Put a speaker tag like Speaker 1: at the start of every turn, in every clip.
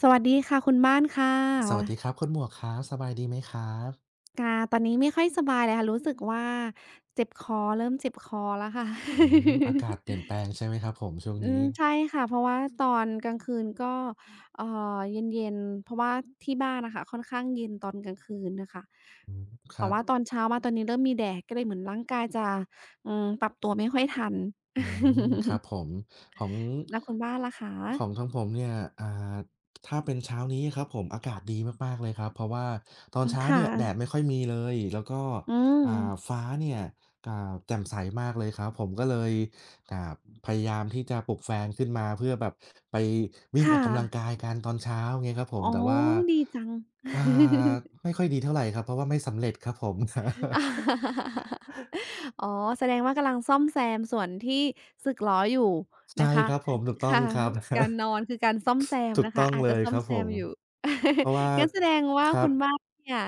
Speaker 1: สวัสดีค่ะคุณบ้านค่
Speaker 2: สวัสดี
Speaker 1: ะ
Speaker 2: ครับคุณหมวกครับสบายดีไหมครับ
Speaker 1: ค่ะตอนนี้ไม่ค่อยสบายเลยค่ะรู้สึกว่าเจ็บคอเริ่มเจ็บคอแล้วค่ะ
Speaker 2: อากาศเปลี่ยนแปล งใช่ไหมครับผมช่วง
Speaker 1: อื
Speaker 2: นี้
Speaker 1: มใช่ค่ะเพราะว่าตอนกลางคืนก็เอ่อเย็นๆเพราะว่าที่บ้านน่ะค่ะค่อนข้างเย็นตอนกลางคืนน่ะค่ะ
Speaker 2: อืมค
Speaker 1: แต่
Speaker 2: รับ
Speaker 1: ว่าตอนเช้ามาตอนนี้เริ่มมีแดดก็เลยเหมือนร่างกายจะปรับตัวไม่ค่อยทัน
Speaker 2: อื มครับผมของ
Speaker 1: แล้วคุณบ้านล่ะคะ
Speaker 2: ของทางผมเนี่ยอ่าถ้าเป็นเช้านี้ครับผมอากาศดีมากๆเลยครับเพราะว่าตอน
Speaker 1: อืม
Speaker 2: เช้า
Speaker 1: ค่ะ
Speaker 2: เนี่ยแดดไม่ค่อยมีเลยแล้วก็
Speaker 1: อืม
Speaker 2: อ่าฟ้าเนี่ยอ่าแจ่มใสมากเลยครับผมก็เลยอ่าพยายามที่จะปลุกแฟนขึ้นมาเพื่อแบบไปวิ่งออ
Speaker 1: ค่ะ
Speaker 2: กกำลังกายกันตอนเช้าเงี้ยครับผม
Speaker 1: อ๋อ
Speaker 2: แต่ว่า
Speaker 1: ดีจัง
Speaker 2: อ่าไม่ค่อยดีเท่าไรครับเพราะว่าไม่สำเร็จครับผม
Speaker 1: อ๋อแสดงว่ากำลังซ่อมแซมส่วนที่สึกหรออยู่
Speaker 2: ใช่
Speaker 1: นะคะ
Speaker 2: ครับผมถูกต้อง
Speaker 1: ค่ะ
Speaker 2: ครับ
Speaker 1: การนอนคือการซ่อมแซ ม
Speaker 2: ถูก
Speaker 1: นะ
Speaker 2: ต้
Speaker 1: คะ
Speaker 2: อง
Speaker 1: อาจ
Speaker 2: เล
Speaker 1: จะ
Speaker 2: ย
Speaker 1: ซ่อ
Speaker 2: ค
Speaker 1: ม
Speaker 2: รับ
Speaker 1: แซ
Speaker 2: ผ
Speaker 1: ม
Speaker 2: ม
Speaker 1: อยู่
Speaker 2: เพราะว่า
Speaker 1: งั้นแสดงว่า
Speaker 2: ครั
Speaker 1: คุ
Speaker 2: บ
Speaker 1: ณบ้านเนี่ย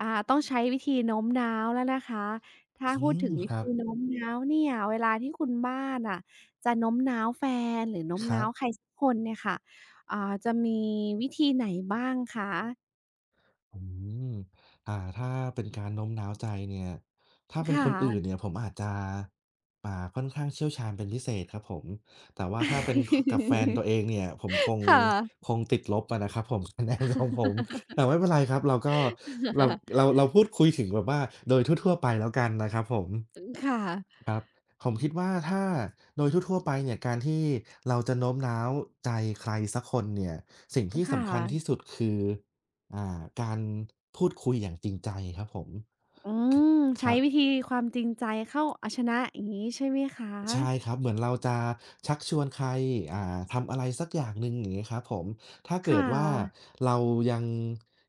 Speaker 1: อ่าต้องใช้วิธีโน้มน้าวแล้วนะคะถ้า
Speaker 2: อื
Speaker 1: พูด
Speaker 2: ม
Speaker 1: ถึงวิ
Speaker 2: ครั
Speaker 1: ธี
Speaker 2: บ
Speaker 1: โน้มน้าวเนี่ยเวลาที่คุณบ้านอ่ะจะโน้มน้าวแฟนหรือโน้ม
Speaker 2: ครั
Speaker 1: น้า
Speaker 2: บ
Speaker 1: วใครสักคนเนี่ยค่ะอ่าจะมีวิธีไหนบ้างคะ
Speaker 2: อืมถ้าเป็นการโน้มน้าวใจเนี่ย ถ้าเป็น
Speaker 1: ค่ะ
Speaker 2: คนอื่นเนี่ยผมอาจจะอ่าค่อนข้างเชี่ยวชาญเป็นพิเศษครับผม แต่ว่าถ้าเป็นคกับแฟนตั วเองเนี่ยผมคง
Speaker 1: ค่ะ
Speaker 2: ติดลบอะนะครับผม คะแนนของผม แต่ ไม่เป็นไรครับ เราก็เราเราพูดคุยถึงแบบว่าโดยทั่วๆไปแล้วกันนะครับผม
Speaker 1: ค่ะ
Speaker 2: ครับผมคิดว่าถ้าโดยทั่วๆไปเนี่ยการที่เราจะโน้มน้าวใจใครสักคนเนี่ยสิ่งที่
Speaker 1: ค่ะ
Speaker 2: สำคัญที่สุดคือ อ่าการพูดคุยอย่างจริงใจครับผม
Speaker 1: อื
Speaker 2: ค
Speaker 1: ม
Speaker 2: ค
Speaker 1: ใช้
Speaker 2: รับ
Speaker 1: วิธีความจริงใจเข้าเอาชนะอย่างงี้ใช่ไหมคะ
Speaker 2: ใช่ครับเหมือนเราจะชักชวนใครทำอะไรสักอย่างหนึ่งอย่างงี้ครับผมถ้าเกิ
Speaker 1: ค่
Speaker 2: ดว่า
Speaker 1: ะ
Speaker 2: เรายัง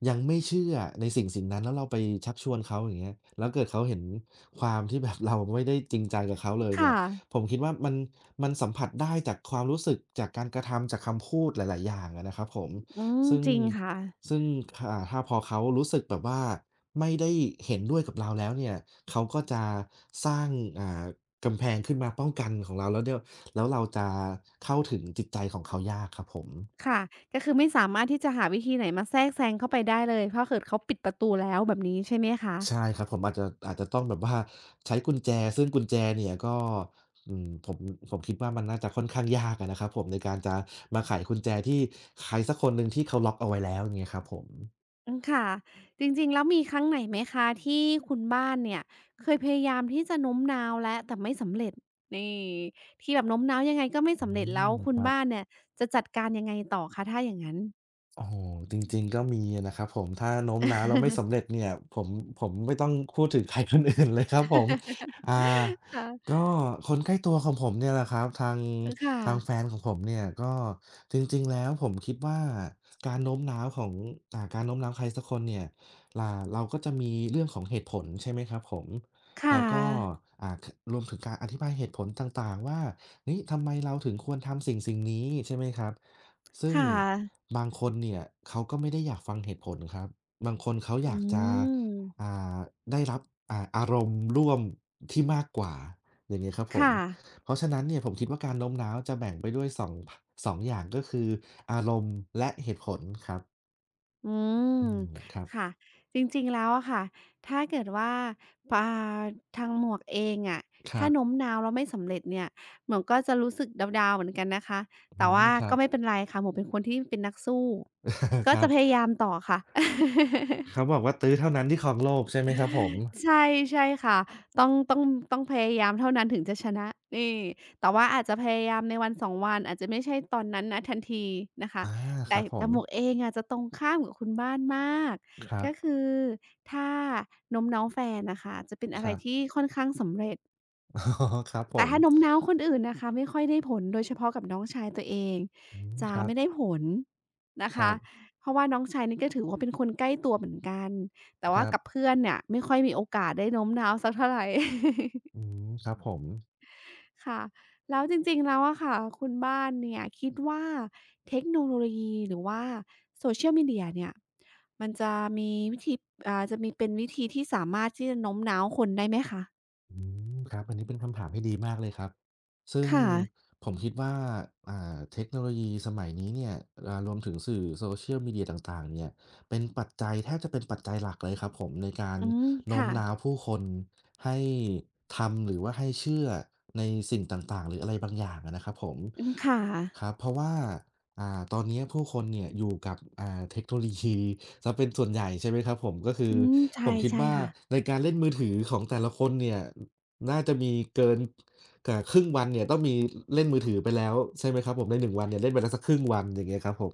Speaker 2: ยังไม่เชื่อในสิ่งสิ่งนั้นแล้วเราไปชักชวนเขาอย่างเงี้ยแล้วเกิดเขาเห็นความที่แบบเราไม่ได้จริงใจกับเขาเลย
Speaker 1: ค
Speaker 2: เนี่ย
Speaker 1: ่ะ
Speaker 2: ผมคิดว่ามันสัมผัสได้จากความรู้สึกจากการกระทำจากคำพูดหลายๆอย่างอะนะครับผม
Speaker 1: อืม
Speaker 2: ซึ่ง
Speaker 1: จริงค่ะ
Speaker 2: ซึ่งถ้าพอเขารู้สึกแบบว่าไม่ได้เห็นด้วยกับเราแล้วเนี่ยเขาก็จะสร้างอ่า กำแพงขึ้นมาป้องกันของเราแล้วเดี๋ยวแล้วเราจะเข้าถึงจิตใจของเขายากครับผม
Speaker 1: ค่ะ ก็คือไม่สามารถที่จะหาวิธีไหนมาแทรกแซงเข้าไปได้เลยถ้าเกิดเขาปิดประตูแล้วแบบนี้ใช่ไหมคะ
Speaker 2: ใช่ครับผมอาจจะต้องแบบว่าใช้กุญแจซึ่งกุญแจเนี่ยก็อืมผมคิดว่ามันน่าจะค่อนข้างยากอะนะครับผมในการจะมาไขกุญแจที่ใครสักคนหนึ่งที่เขาล็อกเอาไว้แล้วอย่างเงี้ยครับผม
Speaker 1: อืมค่ะจริงๆแล้วมีครั้งไหนไหมคะที่คุณบ้านเนี่ยเคยพยายามที่จะโน้มน้าวแล้วแต่ไม่สำเร็จนี่ที่แบบโน้มน้าวยังไงก็ไม่
Speaker 2: อื
Speaker 1: สำเร็จแล้
Speaker 2: ม
Speaker 1: วคุ
Speaker 2: ค
Speaker 1: ณ
Speaker 2: รับ
Speaker 1: บ้านเนี่ยจะจัดการยังไงต่อคะถ้าอย่างงั้น
Speaker 2: โอ้โฮจริงๆก็มีอะนะครับผมถ้าโน้มน้าวแล้วไม่สำเร็ จเนี่ยผมผมไม่ต้องพูดถึงใครคนอื่นเลยครับผมอ่า
Speaker 1: ค่ะ
Speaker 2: ก็คนใกล้ตัวของผมเนี่ยแหละครับทาง
Speaker 1: ค่ะ
Speaker 2: ทางแฟนของผมเนี่ยก็จริงๆแล้วผมคิดว่าการโน้มน้าวของการโน้มน้าวใครสักคนเนี่ยเราก็จะมีเรื่องของเหตุผลใช่ไหมครับผมแล้
Speaker 1: ค่ะ
Speaker 2: วก็อ่าครวมถึงการอธิบายเหตุผลต่างๆว่าเฮ้ยทำไมเราถึงควรทำสิ่งๆนี้ใช่ไหมครับ ซึ่ง
Speaker 1: ค่ะ
Speaker 2: บางคนเนี่ยเขาก็ไม่ได้อยากฟังเหตุผลครับบางคนเขาอ
Speaker 1: อื
Speaker 2: ยากจะอ่
Speaker 1: ม
Speaker 2: าได้รับอารมณ์ร่วมที่มากกว่าอย่างงี้ครับผม
Speaker 1: ค่ะ
Speaker 2: เพราะฉะนั้นเนี่ยผมคิดว่าการโน้มน้าวจะแบ่งไปด้วย2พสองอย่างก็คืออารมณ์และเหตุผลครับ
Speaker 1: อืม
Speaker 2: อืมครับ
Speaker 1: ค่ะจริงๆแล้วอะค่ะถ้าเกิดว่าปาทางหมวกเองอะ
Speaker 2: ครั
Speaker 1: ถ้า
Speaker 2: บ
Speaker 1: โน้มน้าวแล้วไม่สำเร็จเนี่ยหมวกก็จะรู้สึกดาวๆเหมือนกันนะคะ
Speaker 2: อื
Speaker 1: แต่
Speaker 2: ม
Speaker 1: ว่า
Speaker 2: ครั
Speaker 1: ก็
Speaker 2: บ
Speaker 1: ไม่เป็นไรค่ะหมวกเป็นคนที่เป็นนักสู้ ก็
Speaker 2: ครั
Speaker 1: จะ
Speaker 2: บ
Speaker 1: พยายามต่อค่ะ
Speaker 2: เขาบอกว่าตื้อเท่านั้นที่ครองโลกใช่ไหมครับผม
Speaker 1: ใช่ใช่ค่ะต้องต้องพยายามเท่านั้นถึงจะชนะนี่แต่ว่าอาจจะพยายามในวันสอ2วันอาจจะไม่ใช่ตอนนั้นณทันทีนะคะ
Speaker 2: อาค
Speaker 1: แต่
Speaker 2: รับผ
Speaker 1: แต่
Speaker 2: ม
Speaker 1: หมวกเองอะจะตรงข้ามกับคุณบ้านมาก
Speaker 2: ครับ
Speaker 1: ก็คือถ้าโน้มน้าวแฟนน่ะค่ะจะเป็น
Speaker 2: ค
Speaker 1: อะไร
Speaker 2: รับ
Speaker 1: ที่ค่อนข้างสำเร็จ
Speaker 2: อ๋อครับผ
Speaker 1: แต่
Speaker 2: ม
Speaker 1: ถ้าโน้มน้าวคนอื่นนะคะไม่ค่อยได้ผลโดยเฉพาะกับน้องชายตัวเอง
Speaker 2: อืม
Speaker 1: จะ
Speaker 2: ครับ
Speaker 1: ไม่ได้ผลนะ
Speaker 2: ครั
Speaker 1: คะ
Speaker 2: บ
Speaker 1: เพราะว่าน้องชายนี่ก็ถือว่าเป็นคนใกล้ตัวเหมือนกันแต่
Speaker 2: ค
Speaker 1: ว่า
Speaker 2: รับ
Speaker 1: กับเพื่อนเนี่ยไม่ค่อยมีโอกาสได้โน้มน้าวสักเท่าไร
Speaker 2: อื มครับผม
Speaker 1: ค่ะแล้วจริงๆแล้วอะค่ะคุณบ้านเนี่ยคิดว่าเทคโนโลยีหรือว่า Social Media เนี่ยมันจะมีวิธีอ่าจะมีเป็นวิธีที่สามารถที่จะโน้มน้าวคนได้ไหมคะ
Speaker 2: อืมครับอันนี้เป็นคำถามที่ดีมากเลยครับซึ่ง
Speaker 1: ค่ะ
Speaker 2: ผมคิดว่าเทคโนโลยีสมัยนี้เนี่ยรวมถึงสื่อ Social Media ต่างๆเนี่ยเป็นปัจจัยแทบจะเป็นปัจจัยหลักเลยครับผมในการ
Speaker 1: อืม
Speaker 2: โน้ม
Speaker 1: ค่ะ
Speaker 2: น้าวผู้คนให้ทำหรือว่าให้เชื่อในสิ่งต่างๆหรืออะไรบางอย่างอะนะครับผม
Speaker 1: อืมค่ะ
Speaker 2: ครับเพราะว่า อ่าตอนเนี้ยผู้คนเนี่ยอยู่กับเทคโนโลยี เสียเป็นส่วนใหญ่ใช่ไหมครับผมก็คือ
Speaker 1: อืม
Speaker 2: ผ
Speaker 1: ใช่
Speaker 2: มคิด
Speaker 1: ใช่
Speaker 2: ว่า
Speaker 1: ค่ะ
Speaker 2: ในการเล่นมือถือของแต่ละคนเนี่ยน่าจะมีเกินครึ่งวันเนี่ยต้องมีเล่นมือถือไปแล้วใช่ไหมครับผมในหนึ่งวันเนี่ยเล่นไปแล้วสักครึ่งวันอย่างเงี้ยครับผม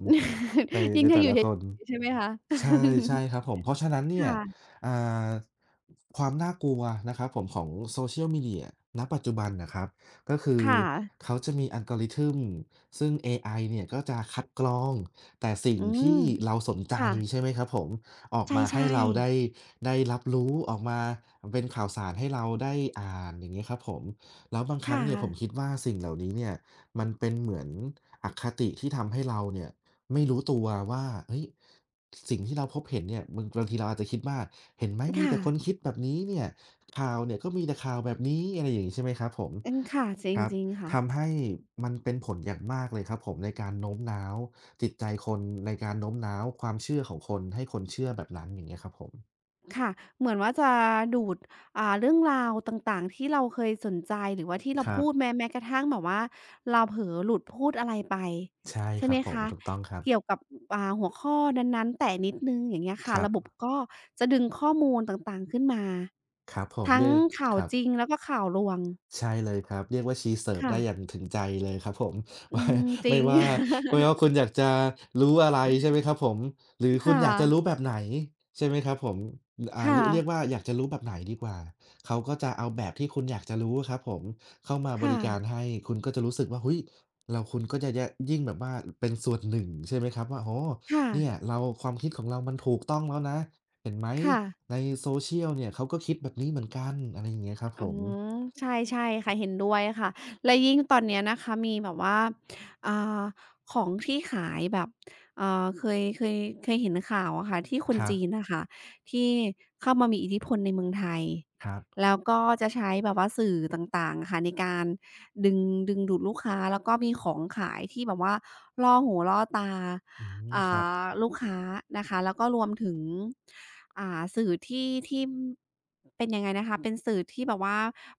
Speaker 2: ใน
Speaker 1: ยิ่
Speaker 2: ใน
Speaker 1: งถ้า
Speaker 2: แต่
Speaker 1: อยู่
Speaker 2: ละ
Speaker 1: เฉ
Speaker 2: ค
Speaker 1: ย
Speaker 2: น
Speaker 1: ๆใช่ไหมคะ
Speaker 2: ใช่ใช่ครับผมเพราะฉะนั้น เนี่ย
Speaker 1: ค่ะ
Speaker 2: อ่าความน่ากลัวนะครับผมของ Social Media ณปัจจุบันน่ะครับ ก็คือ
Speaker 1: ค่ะ
Speaker 2: เขาจะมี a l ก o r ิ t ึ m ซึ่งเอไอเนี่ยก็จะคัดกรองแต่สิ่ง
Speaker 1: อืม
Speaker 2: ที่เราสนใจ
Speaker 1: ค่ะ
Speaker 2: ใช่ไหมครับผมออก
Speaker 1: ใ
Speaker 2: มาให้
Speaker 1: ช่
Speaker 2: เราได้
Speaker 1: ๆ
Speaker 2: ได้รับรู้ออกมาเป็นข่าวสารให้เราได้อ่านอย่างงี้ครับผมแล้วบางครั้ง
Speaker 1: ค่ะ
Speaker 2: เนี่ยผมคิดว่าสิ่งเหล่านี้เนี่ยมันเป็นเหมือนอคติที่ทำให้เราเนี่ยไม่รู้ตัวว่าเฮ้ยสิ่งที่เราพบเห็นเนี่ยบางทีเราอาจจะคิดว่าเห็นไหม
Speaker 1: ค
Speaker 2: มีแต่คน
Speaker 1: ่ะ
Speaker 2: คิดแบบนี้เนี่ยข่าวเนี่ยก็มีแต่ข่าวแบบนี้อะไรอย่างงี้ใช่ไหมครับผม
Speaker 1: อืมค่ะจ
Speaker 2: ครับ
Speaker 1: ริงๆค่ะ
Speaker 2: ทำให้มันเป็นผลอย่างมากเลยครับผมในการโน้มน้าวจิตใจคนในการโน้มน้าวความเชื่อของคนให้คนเชื่อแบบนั้นอย่างเงี้ยครับผม
Speaker 1: ค่ะเหมือนว่าจะดูดอ่าเรื่องราวต่างๆที่เราเคยสนใจหรือว่าที่เรา
Speaker 2: ครับ
Speaker 1: พูดแม้กระทั่งแบบว่าเราเผลอหลุดพูดอะไรไป
Speaker 2: ใช่
Speaker 1: ใช่
Speaker 2: ครั
Speaker 1: ไหม
Speaker 2: บผม
Speaker 1: คะ
Speaker 2: ถูกต้องครับ
Speaker 1: เกี่ยวกับอ่าหัวข้อนั้นๆแตะนิดหนึ่งอย่างเงี้ย
Speaker 2: ค
Speaker 1: ค่ะ
Speaker 2: รั
Speaker 1: ระบบ
Speaker 2: บ
Speaker 1: ก็จะดึงข้อมูลต่างๆขึ้นมา
Speaker 2: ครับผม
Speaker 1: ทั้
Speaker 2: เรี
Speaker 1: ง
Speaker 2: ยก
Speaker 1: ข่า
Speaker 2: ค
Speaker 1: ว
Speaker 2: รับ
Speaker 1: จริงแล้วก็ข่าวลวง
Speaker 2: ใช่เลยครับเรียกว่าชีเซิร์ฟได้อย่าง
Speaker 1: ค่ะ
Speaker 2: ถึงใจเลยครับผม
Speaker 1: อื
Speaker 2: ว่า
Speaker 1: มจริ
Speaker 2: ไม่
Speaker 1: ง
Speaker 2: ว่าไม่ว่าคุณอยากจะรู้อะไรใช่ไหมครับผมหรือ คุณ
Speaker 1: ค่ะ
Speaker 2: อยากจะรู้แบบไหนใช่ไหมครับผมออ่าเรี
Speaker 1: ค่ะ
Speaker 2: ยกเรียกว่าอยากจะรู้แบบไหนดีกว่าเขาก็จะเอาแบบที่คุณอยากจะรู้อะครับผมเข้ามาบ
Speaker 1: ค่ะ
Speaker 2: ริการให้คุณก็จะรู้สึกว่าเฮ้ยเราคุณก็จะแยะยิ่งแบบว่าเป็นส่วนหนึ่งใช่ไหมครับว่าโอ้โฮ
Speaker 1: ค่ะ
Speaker 2: เนี่ยเราความคิดของเรามันถูกต้องแล้วนะเห็นไหม
Speaker 1: ค่ะ
Speaker 2: ใน social เนี่ยเขาก็คิดแบบนี้เหมือนกันอะไรอย่างเงี้ยครับผ
Speaker 1: อื
Speaker 2: ม
Speaker 1: มใช่ใช่ค่ะเห็นด้วยค่ะและยิ่งตอนเนี้ยนะคะมีแบบว่าอ่าของที่ขายแบบเอ่อเคยเคยเคยเห็นข่าวอะค่ะที่ค
Speaker 2: ค
Speaker 1: น
Speaker 2: รับ
Speaker 1: จีนน่ะค่ะที่เข้ามามีอิทธิพลในเมืองไทย
Speaker 2: ครับ
Speaker 1: แล้วก็จะใช้แบบว่าสื่อต่างๆอะค่ะในการดึงดึงดูดลูกค้าแล้วก็มีของขายที่แบบว่าล่อหูล่อตา
Speaker 2: อืม
Speaker 1: อ่
Speaker 2: ครับ
Speaker 1: าลูกค้านะคะแล้วก็รวมถึงอ่าสื่อที่เป็นยังไงนะคะเป็นสื่อที่แบบว่า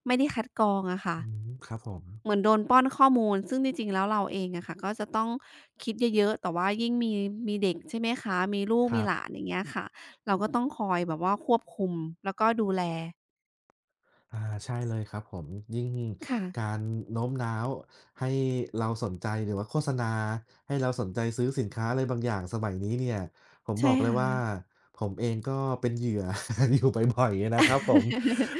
Speaker 1: ไม่ได้คัดกรองอะค่ะ
Speaker 2: อืมครับผม
Speaker 1: เหมือนโดนป้อนข้อมูลซึ่งจริงๆแล้วเราเองอะค่ะก็จะต้องคิดเยอะๆแต่ว่ายิ่งมีเด็กใช่ไหมคะมีลูก
Speaker 2: ค
Speaker 1: มี
Speaker 2: รั
Speaker 1: หลาน
Speaker 2: บ
Speaker 1: อย่างเงี้ยค่ะเราก็ต้องคอยแบบว่าควบคุมแล้วก็ดูแล
Speaker 2: อาใช่เลยครับผมยิ่งกา
Speaker 1: ค่ะ
Speaker 2: รโน้มน้าวให้เราสนใจหรือว่าโฆษณาให้เราสนใจซื้อสินค้าอะไรบางอย่างสมัยนี้เนี่ยผมบ
Speaker 1: ใช่
Speaker 2: อกเลย
Speaker 1: ค่ะ
Speaker 2: ว่าผมเองก็เป็นเหยื่อ อยู่บ่อยๆนะครับผม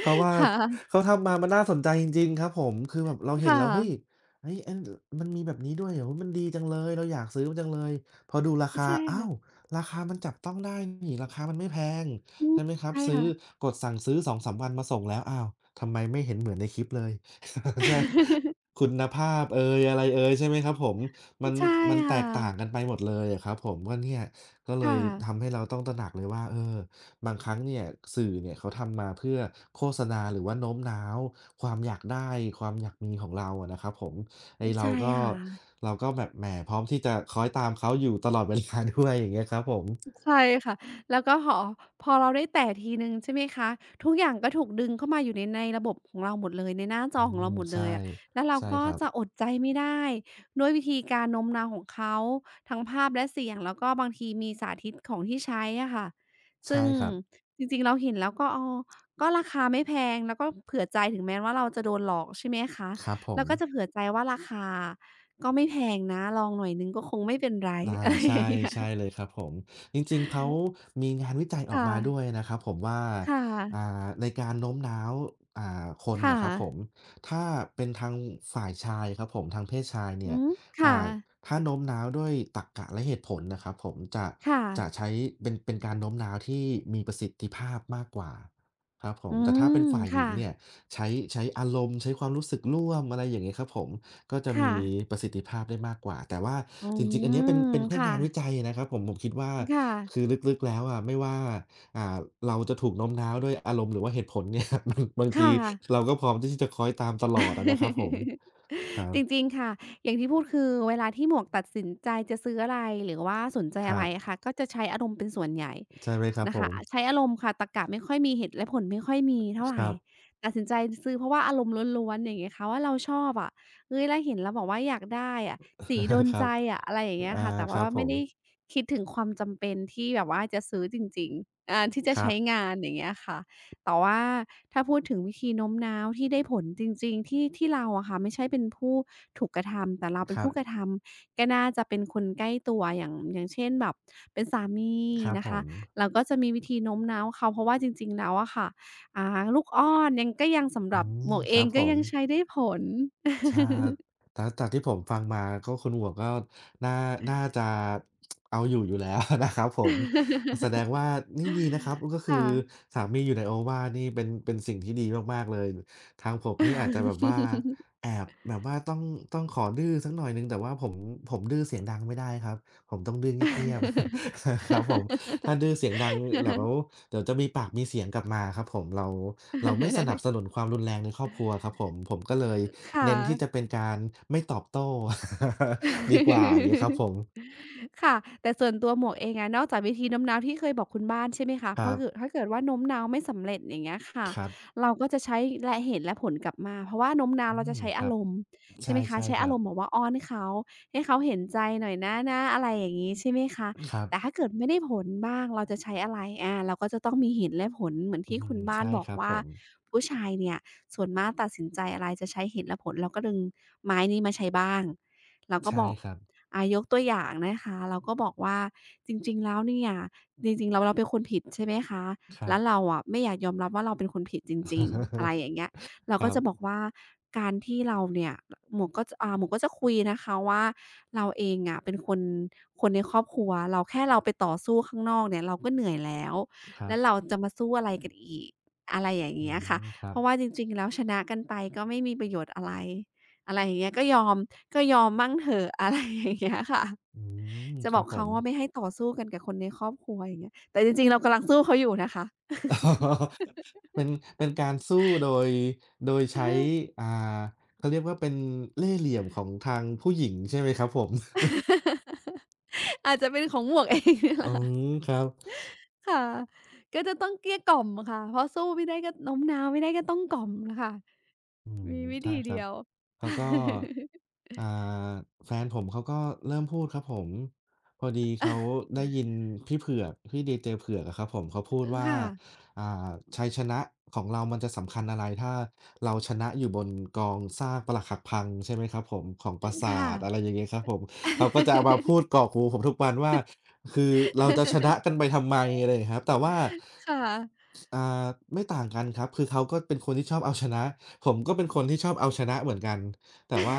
Speaker 2: เพราะว่า
Speaker 1: ค่ะ
Speaker 2: เขาทำมามันน่าสนใจจริงๆครับผมคือแบบเรา
Speaker 1: ค
Speaker 2: เห็นแล้วเฮ้ย
Speaker 1: ่ะ
Speaker 2: เฮ้ยอันมันมีแบบนี้ด้วยเหรอมันดีจังเลยเราอยากซื้อมันจังเลยพอดูราคา
Speaker 1: ใช่
Speaker 2: อ้าว
Speaker 1: ค่ะ
Speaker 2: ราคามันจับต้องได้นี่ราคามันไม่แพง
Speaker 1: อืม
Speaker 2: ใช่ไหมครับ
Speaker 1: ใช่
Speaker 2: ซื้อ
Speaker 1: ค่ะ
Speaker 2: กดสั่งซื้อ2-3วันมาส่งแล้วอ้าวทำไมไม่เห็นเหมือนในคลิปเลย ใช่ คุณภาพเอยอะไรเอยใช่ไหมครับผมมัน
Speaker 1: ใช่
Speaker 2: มันแต
Speaker 1: ค่ะ
Speaker 2: กต่างกันไปหมดเลยอะครับผมก็เนี่ยก็เลย
Speaker 1: ค่ะ
Speaker 2: ทำให้เราต้องตระหนักเลยว่าเออบางครั้งเนี่ยสื่อเนี่ยเขาทำมาเพื่อโฆษณาหรือว่าโน้มน้าวความอยากได้ความอยากมีของเราอะนะครับผมไอ้เรา
Speaker 1: ใช่
Speaker 2: ก็
Speaker 1: ค่ะ
Speaker 2: เราก็แบบแหมพร้อมที่จะค้อยตามเขาอยู่ตลอดเวลาด้วย อย่างเงี้ยครับผม
Speaker 1: ใช่ค่ะแล้วก็หอพอเราได้แตะทีหนึ่งใช่ไหมคะทุกอย่างก็ถูกดึงเข้ามาอยู่ในระบบของเราหมดเลยในหน้าจ
Speaker 2: อื
Speaker 1: อของเรา
Speaker 2: ม
Speaker 1: หมดเล
Speaker 2: ใช่
Speaker 1: ยอะแล้วเรา
Speaker 2: ใช่
Speaker 1: ก็
Speaker 2: ครับ
Speaker 1: จะอดใจไม่ได้ด้วยวิธีการโน้มน้าวของเขาทั้งภาพและเสียงแล้วก็บางทีมีสาธิตของที่ใช้อะค่ะซึ่
Speaker 2: ใช่
Speaker 1: ง
Speaker 2: ครับ
Speaker 1: จริงๆเราเห็นแล้วก็อ๋อก็ราคาไม่แพงแล้วก็เผื่อใจถึงแม้ว่าเราจะโดนหลอกใช่ไหมคะ
Speaker 2: ครับผ
Speaker 1: เรา
Speaker 2: ม
Speaker 1: ก็จะเผื่อใจว่าราคาก็ไม่แพงนะลองหน่อยหนึ่งก็คงไม่เป็นไร
Speaker 2: อา
Speaker 1: อะไร
Speaker 2: ใช่
Speaker 1: อย่างเงี้
Speaker 2: ใช่
Speaker 1: ย
Speaker 2: เลยครับผมจริงๆเขามีงานวิจัยออก
Speaker 1: ค่ะ
Speaker 2: มาด้วยนะครับผมว่า
Speaker 1: ค่
Speaker 2: อ่
Speaker 1: ะ
Speaker 2: าในการโน้มน้าวอ่าคน
Speaker 1: ค่ะ
Speaker 2: น่ะครับผมถ้าเป็นทางฝ่ายชายครับผมทางเพศชาย
Speaker 1: อื
Speaker 2: เนี่ย
Speaker 1: มค่ะ
Speaker 2: อ่าถ้าโน้มน้าวด้วยตรรกะและเหตุผลนะครับผมจะ
Speaker 1: ค่ะ
Speaker 2: ใช้เป็นการโน้มน้าวที่มีประสิทธิภาพมากกว่าครับผ
Speaker 1: อื
Speaker 2: มแต่ถ้าเป็น
Speaker 1: ม
Speaker 2: ฝ่ายหญิง
Speaker 1: ค่ะ
Speaker 2: เนี่ยใช้ใช้อารมณ์ใช้ความรู้สึกร่วมอะไรอย่างงี้ครับผม ก็จะ
Speaker 1: ค่ะ
Speaker 2: มีประสิทธิภาพได้มากกว่าแต่ว่า
Speaker 1: อื
Speaker 2: จริงๆอั
Speaker 1: ม
Speaker 2: นเนี้ยเป็นแค่
Speaker 1: ค่ะ
Speaker 2: งานวิจัยนะครับผมผมคิดว่าคื
Speaker 1: ค่ะ
Speaker 2: อลึกๆแล้วอะไม่ว่าอ่าเราจะถูกโน้มน้าวด้วยอารมณ์หรือว่าเหตุผลเนี่ย บางที
Speaker 1: ค่ะ
Speaker 2: เราก็พร้อมที่จะคล้อยตามตลอดอะนะครับผม ครั
Speaker 1: จ
Speaker 2: บ
Speaker 1: ริงๆค่ะอย่างที่พูดคือเวลาที่หมวกตัดสินใจจะซื้ออะไรหรือว่าสนใจ
Speaker 2: ค
Speaker 1: อะ
Speaker 2: รั
Speaker 1: ไร
Speaker 2: บ
Speaker 1: อะค่ะก็จะใช้อารมณ์เป็นส่วนใหญ่
Speaker 2: ใช่ไหมครับ
Speaker 1: นะ
Speaker 2: ผ
Speaker 1: คะ
Speaker 2: ม
Speaker 1: ใช้อารมณ์ค่ะตรรกะไม่ค่อยมีเหตุและผลไม่ค่อยมีเท่า
Speaker 2: ค
Speaker 1: ไร
Speaker 2: รับ
Speaker 1: ตัดสินใจซื้อเพราะว่าอารมณ์ล้วนๆอย่างเงี้ยค่ะว่าเราชอบอะเฮ้ยแล้วเห็นแล้วแบบว่าอยากได้อะสีโดน
Speaker 2: ครั
Speaker 1: ใจ
Speaker 2: บ
Speaker 1: อะอะไรอย่างเงี้ย
Speaker 2: อา
Speaker 1: ค่ะแต่
Speaker 2: ค
Speaker 1: ว่า
Speaker 2: รับผ
Speaker 1: ไม่ได้
Speaker 2: ม
Speaker 1: คิดถึงความจำเป็นที่แบบว่าจะซื้อจริงๆที่จะ
Speaker 2: ครับ
Speaker 1: ใช้งานอย่างเงี้ยค่ะ แต่ว่าถ้าพูดถึงวิธีโน้มน้าวที่ได้ผลจริงๆที่เราอะค่ะไม่ใช่เป็นผู้ถูกกระทำแต่เราเป็
Speaker 2: ค
Speaker 1: น
Speaker 2: รั
Speaker 1: ผู้กระ
Speaker 2: บ
Speaker 1: ทำก็น่าจะเป็นคนใกล้ตัวอย่างอย่างเช่นแบบเป็นสามี
Speaker 2: ครับ
Speaker 1: นะ
Speaker 2: ผ
Speaker 1: คะ
Speaker 2: ม
Speaker 1: เราก็จะมีวิธีโน้มน้าวเขาเพราะว่าจริงๆแล้วอะค่ะอ่าลูกอ้อนยังก็ยังสำห
Speaker 2: อื
Speaker 1: รับหม
Speaker 2: ม
Speaker 1: วก
Speaker 2: ค
Speaker 1: เอ
Speaker 2: รั
Speaker 1: ง
Speaker 2: บผ
Speaker 1: ก็
Speaker 2: ม
Speaker 1: ยังใช้ได้ผล
Speaker 2: ชาแต่จากที่ผมฟังมาก็คุณหมวกก็น่าน่าจะเอาอยู่แล้ว นะครับผม แสดงว่านี่ดีนะครับก็ คื
Speaker 1: ค่ะ
Speaker 2: อสามีอยู่ในโอวาทนี่เป็นสิ่งที่ดีมากๆเลยทางผมนี่อาจจะ แบบว่าแอบแบบว่าต้องขอดื้อสักหน่อยหนึ่งแต่ว่าผมดื้อเสียงดังไม่ได้ครับ ผมต้องดื้อเงียบๆ ครับผมถ้าดื้อเสียงดังเดี๋ยวเดี๋ยวจะมีปากมีเสียงกลับมาครับผมเราไม่สนับสนุนความรุนแรงในครอบครัวครับผมผมก็เลย
Speaker 1: ค่ะ
Speaker 2: เน้นที่จะเป็นการไม่ตอบโต้ ดีกว่าอย่างงี้ครับ ผม
Speaker 1: ค่ะแต่ส่วนตัวหมวกเองอะนอกจากวิธีโน้มน้าวที่เคยบอกคุณบ้านใช่ไหมคะ
Speaker 2: ค
Speaker 1: เพ
Speaker 2: รั
Speaker 1: ราะเกิด
Speaker 2: บ
Speaker 1: ถ้าเกิดว่าโน้มน้าวไม่สำเร็จอย่างเงี้ยค่ะ
Speaker 2: ครับ
Speaker 1: เราก็จะใช้และเหตุและผลกลับมาเพราะว่าโน้มน้าว
Speaker 2: อื
Speaker 1: เราจะ
Speaker 2: ม
Speaker 1: ใช้
Speaker 2: ค
Speaker 1: อา
Speaker 2: รับ
Speaker 1: รมณ์ใช่ไห
Speaker 2: ใช่
Speaker 1: มคะ
Speaker 2: ใช่
Speaker 1: ใช้
Speaker 2: ค
Speaker 1: อา
Speaker 2: รั
Speaker 1: ร
Speaker 2: บ
Speaker 1: มณ์แบบว่าอ้อนเขาให้เขาเห็นใจหน่อยนะนะอะไรอย่างงี้ใช่ไหมคะ
Speaker 2: ครั
Speaker 1: แต่
Speaker 2: บ
Speaker 1: ถ้าเกิดไม่ได้ผลบ้างเราจะใช้อะไรเราก็จะต้องมีเหตุและผลเหมือน
Speaker 2: อื
Speaker 1: ที่คุ
Speaker 2: ม
Speaker 1: ณบ้าน
Speaker 2: ใช่
Speaker 1: บอ
Speaker 2: ค
Speaker 1: ก
Speaker 2: รับผ
Speaker 1: ว่า
Speaker 2: ม
Speaker 1: ผู้ชายเนี่ยส่วนมากตัดสินใจอะไรจะใช้เหตุและผลเราก็ดึงไม้นี้มาใช้บ้างเราก็
Speaker 2: ใช่
Speaker 1: บอก
Speaker 2: ครับ
Speaker 1: ยกตัวอย่างนะคะเราก็บอกว่าจริงๆแล้วเนี่ยจริงๆเราเป็นคนผิดใช่ไหมคะ
Speaker 2: ครับ
Speaker 1: แล้วเราอะไม่อยากยอมรับว่าเราเป็นคนผิดจริงๆอะไรอย่างเงี้ย เรา
Speaker 2: ค
Speaker 1: ก็
Speaker 2: รับ
Speaker 1: จะบอกว่าการที่เราเนี่ยหมวกก็จะคุยนะคะว่าเราเองอะเป็นคนคนในครอบครัวเราแค่เราไปต่อสู้ข้างนอกเนี่ยเราก็เหนื่อยแล้ว
Speaker 2: ครั
Speaker 1: แล้
Speaker 2: บ
Speaker 1: วเราจะมาสู้อะไรกันอีกอะไรอย่าง
Speaker 2: อื
Speaker 1: เงี้ยค่ะ
Speaker 2: มครั
Speaker 1: เพ
Speaker 2: บ
Speaker 1: ราะว่าจริงๆแล้วชนะกันไปก็ไม่มีประโยชน์อะไร อะไรอย่างเงี้ยก็ยอมมั่งเถอะ อะไรอย่างเงี้ยค่ะ
Speaker 2: อืม
Speaker 1: จะ
Speaker 2: ค
Speaker 1: บ
Speaker 2: รั
Speaker 1: อ
Speaker 2: บ
Speaker 1: ก
Speaker 2: ผ
Speaker 1: เขา
Speaker 2: ม
Speaker 1: ว่าไม่ให้ต่อสู้กันกับคนในครอบครัวอย่างเงี้ยแต่จริงๆเรากำลังสู้เขาอยู่นะคะ
Speaker 2: เป็นการสู้โดย
Speaker 1: เอ
Speaker 2: ใช้
Speaker 1: อ
Speaker 2: อ่าเขาเรียกว่าเป็นเล่ห์เหลี่ยมของทางผู้หญิงใช่ไหมครับผม
Speaker 1: อาจจะเป็นของหมวกเองเนี่ยแห
Speaker 2: อื
Speaker 1: ละค่ะ
Speaker 2: มครับ
Speaker 1: ค่ะก็จะต้องเกลี้ยกล่อมอะค่ะเพราะสู้ไม่ได้ก็โน้มน้าวไม่ได้ก็ต้องกล่อมน่ะค่ะ
Speaker 2: อืม
Speaker 1: มีวิ
Speaker 2: ใช่
Speaker 1: ธี
Speaker 2: ครั
Speaker 1: เดี
Speaker 2: บ
Speaker 1: ยว
Speaker 2: เขาก็ อ่าแฟนผมเขาก็เริ่มพูดครับผมพอดีเขาได้ยินพี่เผือกพี่ดีเจเผือกอะครับผมเขาพูด
Speaker 1: เออ
Speaker 2: ว่า
Speaker 1: ค่ะ
Speaker 2: อ่าชัยชนะของเรามันจะสำคัญอะไรถ้าเราชนะอยู่บนกองซากปรักหักพังใช่ไหมครับผมของป
Speaker 1: อื
Speaker 2: รา
Speaker 1: อ
Speaker 2: สา
Speaker 1: ค่ะ
Speaker 2: ทอะไรอย่างเงี้ยครับผมเขาก็จะเอามาพูดกรอกหูผมทุกวันว่าคือเราจะช นะกันไปทำไมอะไรอย่างเงี้ยครับแต่ว่า
Speaker 1: ค่ะ
Speaker 2: อ่าไม่ต่างกันครับคือเขาก็เป็นคนที่ชอบเอาชนะ ผมก็เป็นคนที่ชอบเอาชนะเหมือนกันแต่ว่า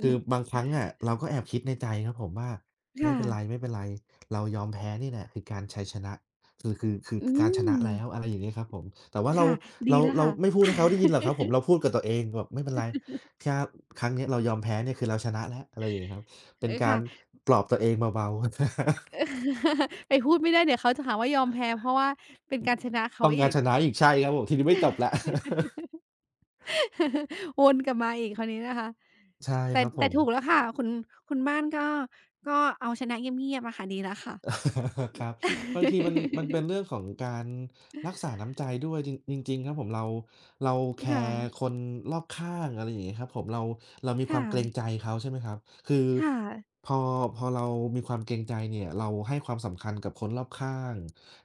Speaker 2: คือบาง ครั้งอะเราก็แอบคิดในใจครับผมว่าไม่
Speaker 1: ค่ะ
Speaker 2: เป็นไรไม่เป็นไรเรายอมแพ้นี่แหละคือการชัยชนะคือ
Speaker 1: อื
Speaker 2: การชนะแล้วอะ
Speaker 1: ม
Speaker 2: ไรอย่างเงี้ยครับผมแต่ว่าเรา
Speaker 1: ค่ะดี
Speaker 2: เรา
Speaker 1: แล้ว
Speaker 2: เรา
Speaker 1: ค่ะ
Speaker 2: ไม่พูดให้เขาได้ยินหรอกครับผมเราพูดกับตัวเองแบบไม่เป็นไรแค่ครั้งเนี้ยเรายอมแพ้เนี่ยคือเราชนะแล้วอะไรอย่างงี้ครับเป็
Speaker 1: เอ
Speaker 2: น
Speaker 1: อ
Speaker 2: กา
Speaker 1: ค่ะ
Speaker 2: รปลอบตัวเองเบาๆ
Speaker 1: ไปพูดไม่ได้เดี๋ยวเขาจะหาว่ายอมแพ้เพราะว่าเป็นการชนะ เขา
Speaker 2: ต้องการ
Speaker 1: อีก
Speaker 2: ชนะอีกใช่ครับผมทีนี้ไม่จบแล้ว
Speaker 1: วนกลับมาอีกคราวนี้นะคะ
Speaker 2: ใช่
Speaker 1: แต่
Speaker 2: ครับผ
Speaker 1: แต่
Speaker 2: ม
Speaker 1: ถูกแล้วค่ะคุณบ้านก็เอาชนะเงียบๆอะค่ะดีแล้วค่ะ
Speaker 2: ครับบางทีมันมันเป็นเรื่อง ของการรักษาน้ำใจด้วยจริงจริงๆครับผมเราแค
Speaker 1: ค่ะ
Speaker 2: ร์คนรอบข้างอะไรอย่างเงี้ยครับผมเรามีควา
Speaker 1: ค่ะ
Speaker 2: มเกรงใจเขาใช่ไหมครับคือ
Speaker 1: ค่ะ
Speaker 2: พอพอเรามีความเกรงใจเนี่ยเราให้ความสำคัญกับคนรอบข้าง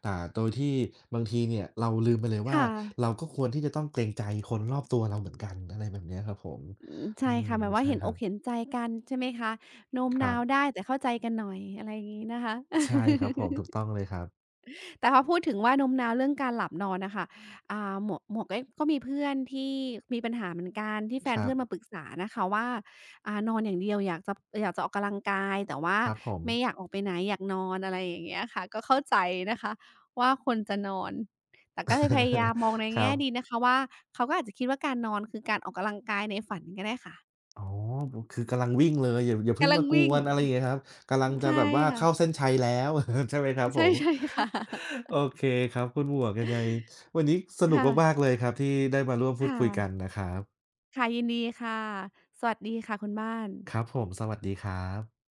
Speaker 2: โดยที่บางทีเนี่ยเราลืมไปเลยว่า
Speaker 1: ค่ะ
Speaker 2: เราก็ควรที่จะต้องเกรงใจคนรอบตัวเราเหมือนกันอะไรแบบเนี้ยครับผม
Speaker 1: อืม
Speaker 2: อื
Speaker 1: ใช่
Speaker 2: ม
Speaker 1: ค่ะหมายว่า
Speaker 2: ใช่
Speaker 1: เห็น
Speaker 2: ค
Speaker 1: อ
Speaker 2: รั
Speaker 1: กเห็น
Speaker 2: บ
Speaker 1: ใจกันใช่ไหมคะโน้ม
Speaker 2: ครั
Speaker 1: น้าว
Speaker 2: บ
Speaker 1: ได้แต่เข้าใจกันหน่อยอะไรอย่างนี้นะคะ
Speaker 2: ใช่ครับผมถูก ต้องเลยครับ
Speaker 1: แต่พอพูดถึงว่าโน้มน้าวเรื่องการหลับนอนน่ะค่ะหมวกเองก็มีเพื่อนที่มีปัญหาเหมือนกันที่แฟ
Speaker 2: ค
Speaker 1: น
Speaker 2: รับ
Speaker 1: เพื่อนมาปรึกษานะคะว่านอนอย่างเดียวอยากจะออกกำลังกายแต่ว่า
Speaker 2: ครับผม
Speaker 1: ไม่อยากออกไปไหนอยากนอนอะไรอย่างเงี้ยค่ะก็เข้าใจนะคะว่าคนจะนอนแต่ก็เลยพยายามมองใน
Speaker 2: ครั
Speaker 1: แง่ดี
Speaker 2: บ
Speaker 1: นะคะว่าเขาก็อาจจะคิดว่าการนอนคือการออกกำลังกายในฝันก็ได้ค่ะ
Speaker 2: อ๋อคือกำลังวิ่งเลยอย่าเพิ่ง
Speaker 1: กำลั
Speaker 2: มา
Speaker 1: ง
Speaker 2: ก
Speaker 1: วิ่
Speaker 2: ว
Speaker 1: ง
Speaker 2: นอะไรอย่างเงี้ยครับกำลังจะ
Speaker 1: ใช่
Speaker 2: แบบว่าเข้าเส้
Speaker 1: ค่ะ
Speaker 2: นชัยแล้ว ใช่ไหมครับผ
Speaker 1: ใช่
Speaker 2: ม
Speaker 1: ใช่ค่ะ
Speaker 2: โอเคครับคุณหมวกยังไงวันนี้สนุก
Speaker 1: ค่ะ
Speaker 2: มากๆเลยครับที่ได้มาร่วม
Speaker 1: ค
Speaker 2: พูดคุยกัน
Speaker 1: ่ะ
Speaker 2: นะครับ
Speaker 1: ค่ะยินดีค่ะสวัสดีค่ะคุณบ้าน
Speaker 2: ครับผมสวัสดีครับ